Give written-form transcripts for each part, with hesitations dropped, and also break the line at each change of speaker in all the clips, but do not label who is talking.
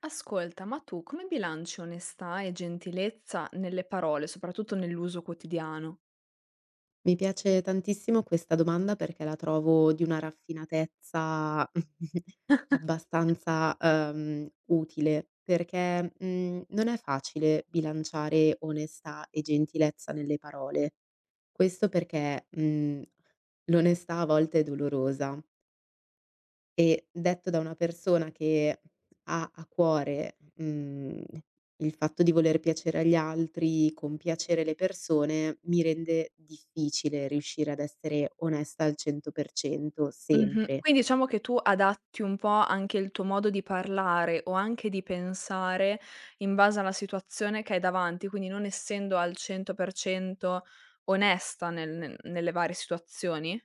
Ascolta, ma tu come bilanci onestà e gentilezza nelle parole, soprattutto nell'uso quotidiano?
Mi piace tantissimo questa domanda perché la trovo di una raffinatezza abbastanza, utile, perché, non è facile bilanciare onestà e gentilezza nelle parole. Questo perché, l'onestà a volte è dolorosa, e detto da una persona che ha a cuore, il fatto di voler piacere agli altri, compiacere le persone, mi rende difficile riuscire ad essere onesta al 100%
Mh-mh.
sempre.
Quindi diciamo che tu adatti un po' anche il tuo modo di parlare o anche di pensare in base alla situazione che hai davanti, quindi non essendo al 100% onesta nel nel nelle varie situazioni?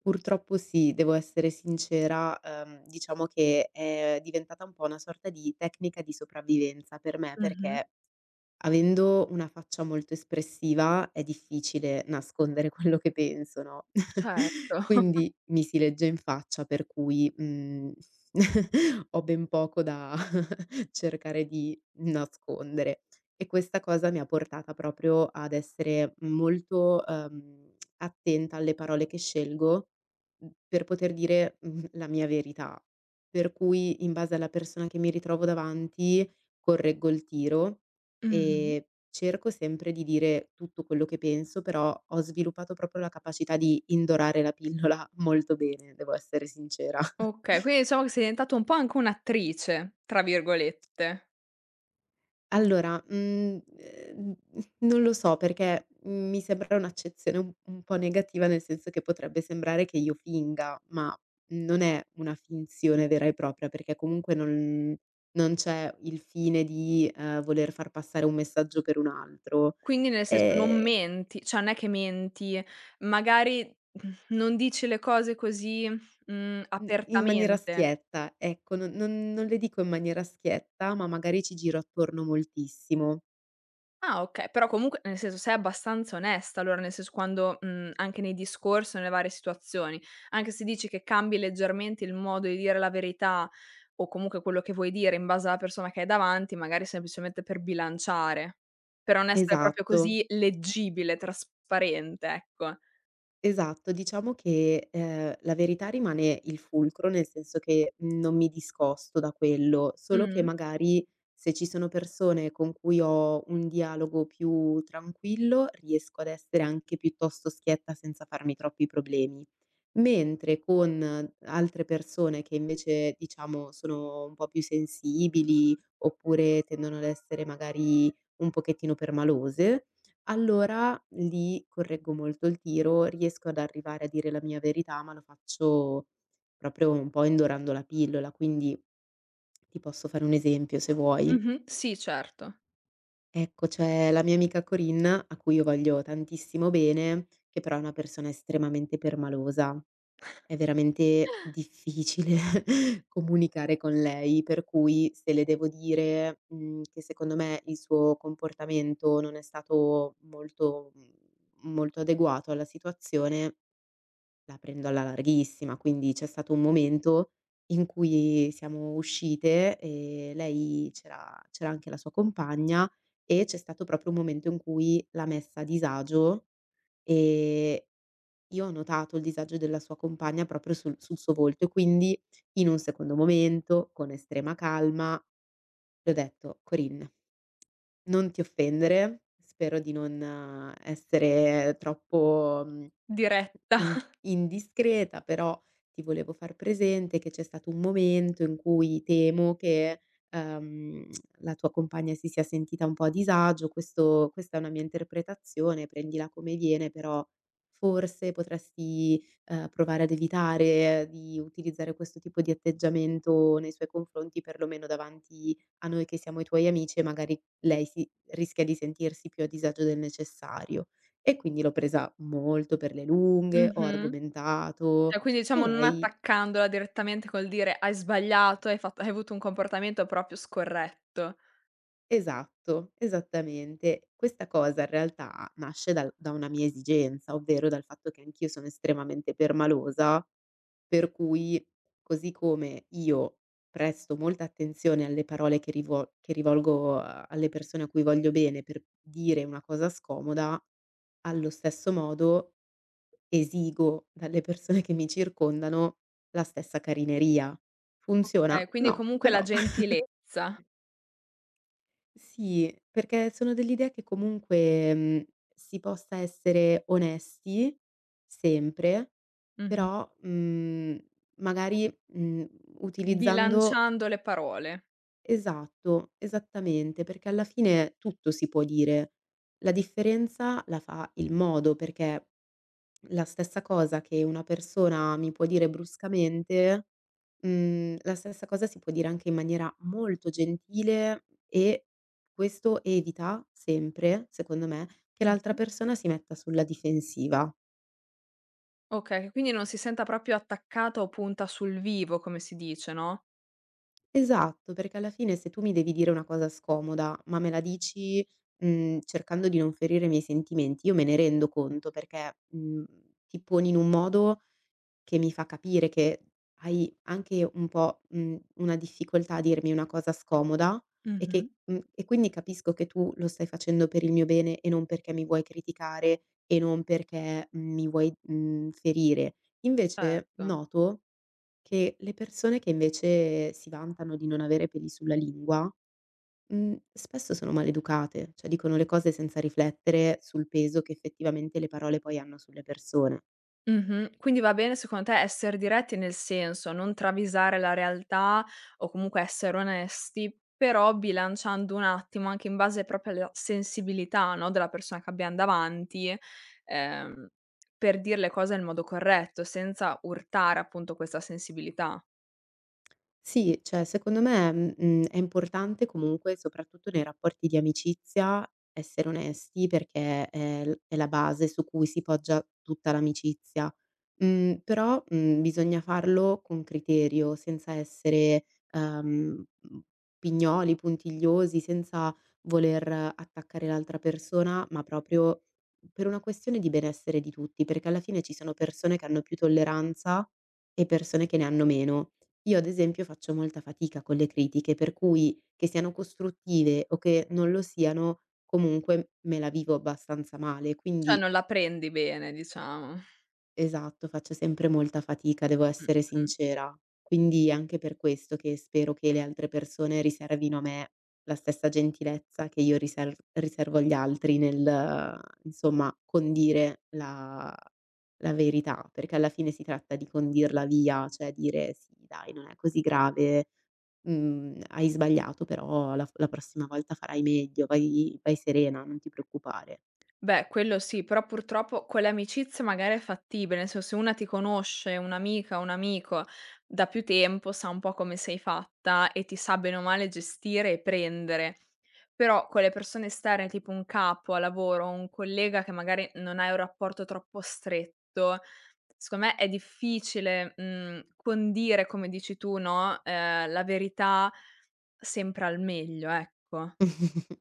Purtroppo sì, devo essere sincera, diciamo che è diventata un po' una sorta di tecnica di sopravvivenza per me,
Mh-mh.
perché avendo una faccia molto espressiva è difficile nascondere quello che penso, no,
Certo.
quindi mi si legge in faccia per cui, ho ben poco da cercare di nascondere. E questa cosa mi ha portata proprio ad essere molto, attenta alle parole che scelgo, per poter dire, la mia verità. Per cui in base alla persona che mi ritrovo davanti correggo il tiro
Mh-mh.
e cerco sempre di dire tutto quello che penso, però ho sviluppato proprio la capacità di indorare la pillola molto bene, devo essere sincera.
Okay, quindi diciamo che sei diventata un po' anche un'attrice, tra virgolette.
Allora, non lo so perché mi sembra un'accezione un po' negativa, nel senso che potrebbe sembrare che io finga, ma non è una finzione vera e propria, perché comunque non c'è il fine di, voler far passare un messaggio per un altro,
Quindi nel senso non
ehm,
menti, cioè non è che menti, magari non dici le cose così,
mhmm, in maniera
apertamente.
schietta, ecco, non le dico in maniera schietta, ma magari ci giro attorno moltissimo.
Ah okay, però comunque nel senso sei abbastanza onesta allora, nel senso quando anche nei discorsi o nelle varie situazioni, anche se dici che cambi leggermente il modo di dire la verità o comunque quello che vuoi dire in base alla persona che hai davanti, magari semplicemente per bilanciare, per non essere proprio
Esatto.
così leggibile, trasparente, ecco.
Esatto, diciamo che, la verità rimane il fulcro, nel senso che non mi discosto da quello, solo che
Mh.
magari se ci sono persone con cui ho un dialogo più tranquillo, riesco ad essere anche piuttosto schietta senza farmi troppi problemi. Mentre con altre persone che invece, diciamo, sono un po' più sensibili, oppure tendono ad essere magari un pochettino permalose, allora lì correggo molto il tiro, riesco ad arrivare a dire la mia verità, ma lo faccio proprio un po' indorando la pillola, quindi ti posso fare un esempio se vuoi.
Mh-mh. Sì, certo.
Ecco, c'è la mia amica Corinne, a cui io voglio tantissimo bene, che però è una persona estremamente permalosa. È veramente difficile comunicare con lei, per cui se le devo dire, che secondo me il suo comportamento non è stato molto molto adeguato alla situazione, la prendo alla larghissima. Quindi c'è stato un momento in cui siamo uscite e lei c'era anche la sua compagna e c'è stato proprio un momento in cui l'ha messa a disagio. ehm io ho notato il disagio della sua compagna proprio sul suo volto e quindi in un secondo momento, con estrema calma, le ho detto: "Corinne, non ti offendere, spero di non essere troppo, mhmm"
Diretta.
In indiscreta, però ti volevo far presente che c'è stato un momento in cui temo che, ehm, la tua compagna si sia sentita un po' a disagio. Questo questa è una mia interpretazione, prendila come viene, però forse potresti, provare ad evitare di utilizzare questo tipo di atteggiamento nei suoi confronti, perlomeno davanti a noi che siamo i tuoi amici e magari lei si rischia di sentirsi più a disagio del necessario. E quindi l'ho presa molto per le lunghe, ho
Mh-mh.
argomentato
Cioè, quindi
e
diciamo non
lei.
attaccandola direttamente col dire: "Hai sbagliato, hai avuto un comportamento proprio scorretto".
Esatto, esattamente. Questa cosa in realtà nasce dal da una mia esigenza, ovvero dal fatto che anch'io sono estremamente permalosa, per cui così come io presto molta attenzione alle parole che rivolgo a alle persone a cui voglio bene per dire una cosa scomoda, allo stesso modo esigo dalle persone che mi circondano la stessa carineria. Funziona?
Okay, quindi
No,
comunque la
però
gentilezza.
sì, perché sono dell'idea che comunque, si possa essere onesti sempre,
Mh-mh.
però, magari, utilizzando.
Bilanciando le parole.
Esatto, esattamente, perché alla fine tutto si può dire. La differenza la fa il modo, perché la stessa cosa che una persona mi può dire bruscamente. La stessa cosa si può dire anche in maniera molto gentile e questo evita sempre, secondo me, che l'altra
Mh-mh.
persona si metta sulla difensiva.
Okay, che quindi non si senta proprio attaccata o punta sul vivo, come si dice, no?
Esatto, perché alla fine se tu mi devi dire una cosa scomoda, ma me la dici, cercando di non ferire i miei sentimenti, io me ne rendo conto perché, ti poni in un modo che mi fa capire che hai anche un po', una difficoltà a dirmi una cosa scomoda
Mh-mh.
e quindi capisco che tu lo stai facendo per il mio bene e non perché mi vuoi criticare e non perché mi vuoi, ferire. Invece
Certo.
noto che le persone che invece si vantano di non avere peli sulla lingua, spesso sono maleducate, cioè dicono le cose senza riflettere sul peso che effettivamente le parole poi hanno sulle persone.
Mh-mh. Quindi va bene secondo te esser diretti, nel senso non travisare la realtà o comunque essere onesti, però bilanciando un attimo anche in base proprio alla sensibilità, no, della persona che abbiam davanti, ehm, per dir le cose nel modo corretto, senza urtare appunto questa sensibilità.
Sì, cioè secondo me, è importante comunque, soprattutto nei rapporti di amicizia, essere onesti perché è la base su cui si poggia tutta l'amicizia. Però, bisogna farlo con criterio, senza essere, ehm, mhmm, pignoli, puntigliosi, senza voler attaccare l'altra persona, ma proprio per una questione di benessere di tutti, perché alla fine ci sono persone che hanno più tolleranza e persone che ne hanno meno. Io ad esempio faccio molta fatica con le critiche, per cui che siano costruttive o che non lo siano, comunque me la vivo abbastanza male.
Cioè
Quindi
non la prendi bene diciamo.
esatto, faccio sempre molta fatica, devo essere
Mh-mh.
sincera. Quindi è anche per questo che spero che le altre persone riservino a me la stessa gentilezza che io riservo agli altri nel, insomma, condire la verità, perché alla fine si tratta di condirla via, cioè dire: "Sì dai, non è così grave, hai sbagliato però la f la prossima volta farai meglio, vai vai serena, non ti preoccupare".
Beh, quello sì, però purtroppo con le amicizie magari è fattibile, nel senso se una ti conosce, un'amica, un amico da più tempo, sa un po' come sei fatta e ti sa bene o male gestire e prendere. Però con le persone esterne, tipo un capo a lavoro, un collega che magari non hai un rapporto troppo stretto, secondo me è difficile, condire, come dici tu, no, la verità sempre al meglio, ecco.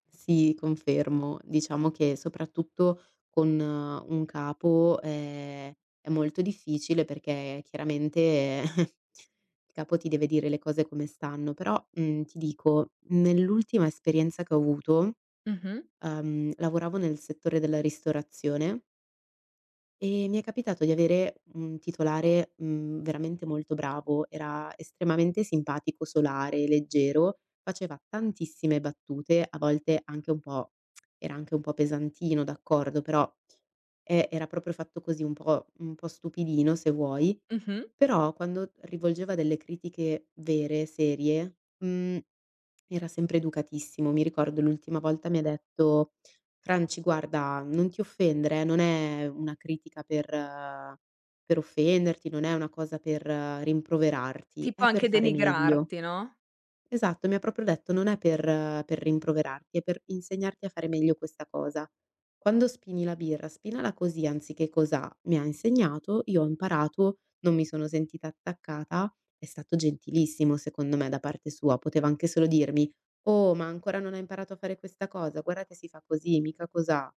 Sì, confermo. Diciamo che soprattutto con un capo è molto difficile perché chiaramente il capo ti deve dire le cose come stanno, però, ti dico, nell'ultima esperienza che ho avuto,
Mh-mh,
lavoravo nel settore della ristorazione. Mi è capitato di avere un titolare, veramente molto bravo, era estremamente simpatico, solare, leggero, faceva tantissime battute, a volte anche un po' era anche un po' pesantino, d'accordo, però, era proprio fatto così, un po' stupidino se vuoi,
mh-mh.
però quando rivolgeva delle critiche vere, serie, mhmm era sempre educatissimo. Mi ricordo l'ultima volta mi ha detto: "Franci guarda, non ti offendere non è una critica per per offenderti, non è una cosa per rimproverarti,
Ti può
è per
anche
fare meglio".
denigrarti, no,
Esatto, mi ha proprio detto: "Non è per per rimproverarti, è per insegnarti a fare meglio questa cosa. Quando spini la birra, spinala così anziché cosà". Mi ha insegnato, io ho imparato, non mi sono sentita attaccata. È stato gentilissimo secondo me da parte sua, poteva anche solo dirmi: "Oh, ma ancora non hai imparato a fare questa cosa? Guarda che si fa così, mica cosà".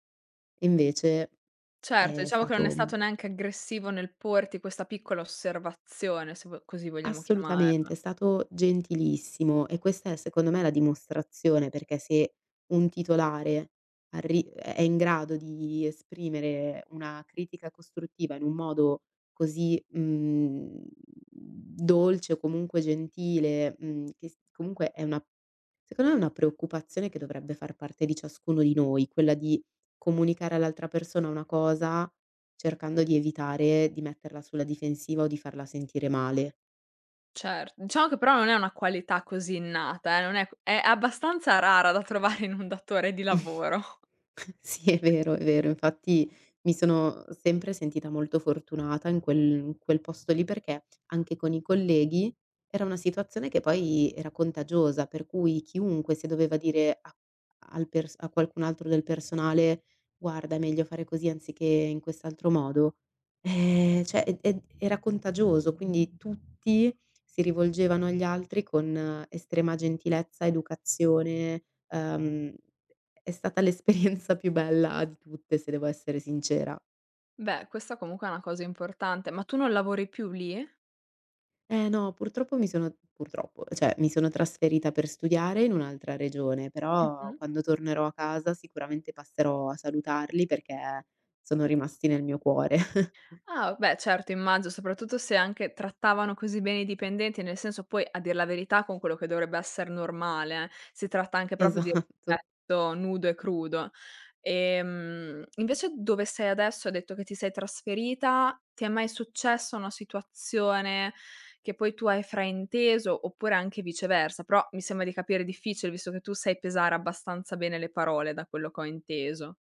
E invece
certo,
è
diciamo che non è stato
stato
neanche aggressivo nel porti questa piccola osservazione, se vo così vogliamo
assolutamente,
chiamarla.
è stato gentilissimo e questa è secondo me la dimostrazione, perché se un titolare arri è in grado di esprimere una critica costruttiva in un modo così, dolce o comunque gentile, mhmm, che s comunque è una secondo me è una preoccupazione che dovrebbe far parte di ciascuno di noi, quella di comunicare all'altra persona una cosa cercando di evitare di metterla sulla difensiva o di farla sentire male.
Cer diciamo che però non è una qualità così innata, non è è abbastanza rara da trovare in un datore di lavoro.
Sì, è vero, è vero. Infatti mi sono sempre sentita molto fortunata in quel posto lì, perché anche con i colleghi era una situazione che poi era contagiosa, per cui chiunque se doveva dire a qualcun altro del personale: "Guarda, è meglio fare così anziché in quest'altro modo", cioè ed era contagioso, quindi tutti si rivolgevano agli altri con estrema gentilezza, educazione. uhm è stata l'esperienza più bella di tutte, se devo essere sincera.
Beh, questa comunque è una cosa importante, ma tu non lavori più lì?
Eh no, purtroppo cioè mi sono trasferita per studiare in un'altra regione, però
Mh-mh.
quando tornerò a casa sicuramente passerò a salutarli perché sono rimasti nel mio cuore.
Ah, beh certo immagino, soprattutto se anche trattavano così bene i dipendenti, nel senso poi a dir la verità con quello che dovrebbe esser normale, si tratta anche proprio di
Esatto.
rispetto nudo e crudo. Invece dove sei adesso, hai detto che ti sei trasferita, ti è mai successa una situazione che poi tu hai frainteso, oppure anche viceversa? Però mi sembra di capire difficile, visto che tu sai pesare abbastanza bene le parole da quello che ho inteso.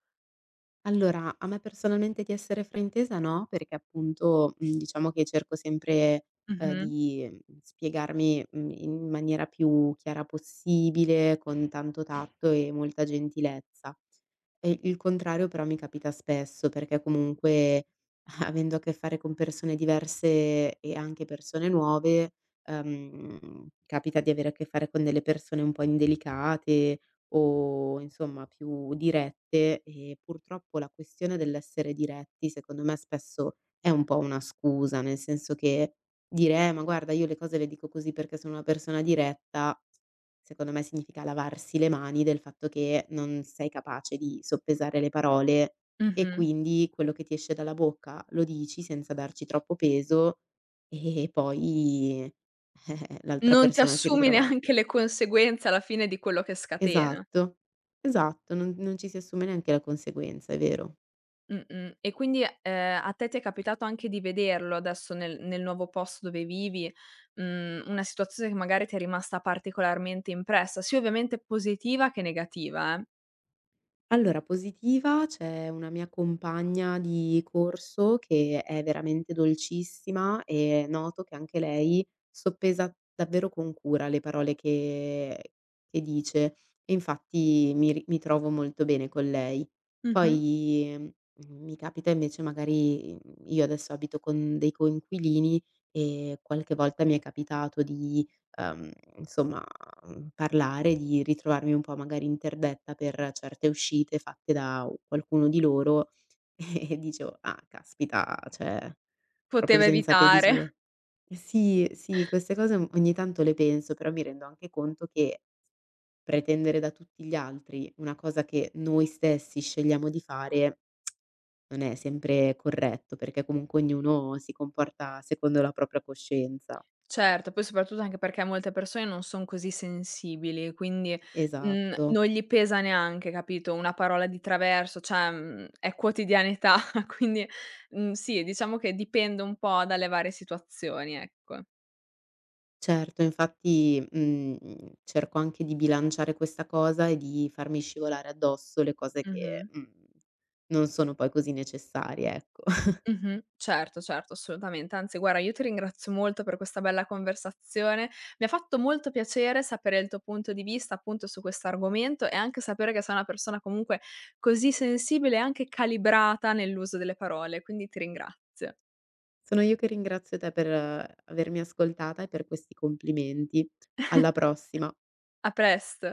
Allora, a me personalmente di essere fraintesa no, perché appunto, diciamo che cerco sempre,
Mh-mh,
di, spiegarmi, in maniera più chiara possibile, con tanto tatto e molta gentilezza. E il contrario però mi capita spesso, perché comunque avendo a che fare con persone diverse e anche persone nuove, capita di avere a che fare con delle persone un po' indelicate o insomma più dirette e purtroppo la questione dell'essere diretti secondo me spesso è un po' una scusa, nel senso che dire: ma guarda io le cose le dico così perché sono una persona diretta". Secondo me significa lavarsi le mani del fatto che non sei capace di soppesare le parole e
mh-mh.
quindi quello che ti esce dalla bocca lo dici senza darci troppo peso e poi, l'altra
Non ti
persona si
assumi
ritrova.
neanche le conseguenze alla fine di quello che scatena.
Esatto, esatto, non ci si assume neanche la conseguenza, è vero.
Mh-mh. E quindi, a te ti è capitato anche di vederlo adesso nel nuovo posto dove vivi, una situazione che magari ti è rimasta particolarmente impressa, sia ovviamente positiva che negativa, eh.
Allora positiva c'è una mia compagna di corso che è veramente dolcissima e noto che anche lei soppesa davvero con cura le parole che dice e infatti mi trovo molto bene con lei.
Mh-mh.
Poi, mi capita invece magari, io adesso abito con dei coinquilini e qualche volta mi è capitato di ehm, insomma, parlare di ritrovarmi un po' magari interdetta per certe uscite fatte da u qualcuno di loro e dicevo: "Ah caspita, cioè proprio
Poteva
senza peli
evitare.
sulle" sì, sì, queste cose o ogni tanto le penso, però mi rendo anche conto che pretendere da tutti gli altri una cosa che noi stessi scegliamo di fare non è sempre corretto, perché comunque ognuno si comporta secondo la propria coscienza.
Certo, poi soprattutto anche perché molte persone non son così sensibili, quindi,
Esatto.
non gli pesa neanche, capito, una parola di traverso, cioè, è quotidianità, quindi, sì, diciamo che dipende un po' dalle varie situazioni, ecco.
Certo, infatti, cerco anche di bilanciare questa cosa e di farmi scivolare addosso le cose che,
Mh-mh.
non sono poi così necessarie, ecco.
Mh-mh. Certo, certo, assolutamente. Anzi guarda, io ti ringrazio molto per questa bella conversazione. Mi ha fatto molto piacere sapere il tuo punto di vista appunto su questo argomento e anche sapere che sei una persona comunque così sensibile e anche calibrata nell'uso delle parole, quindi ti ringrazio.
Sono io che ringrazio te per avermi ascoltata e per questi complimenti. Alla prossima.
A presto.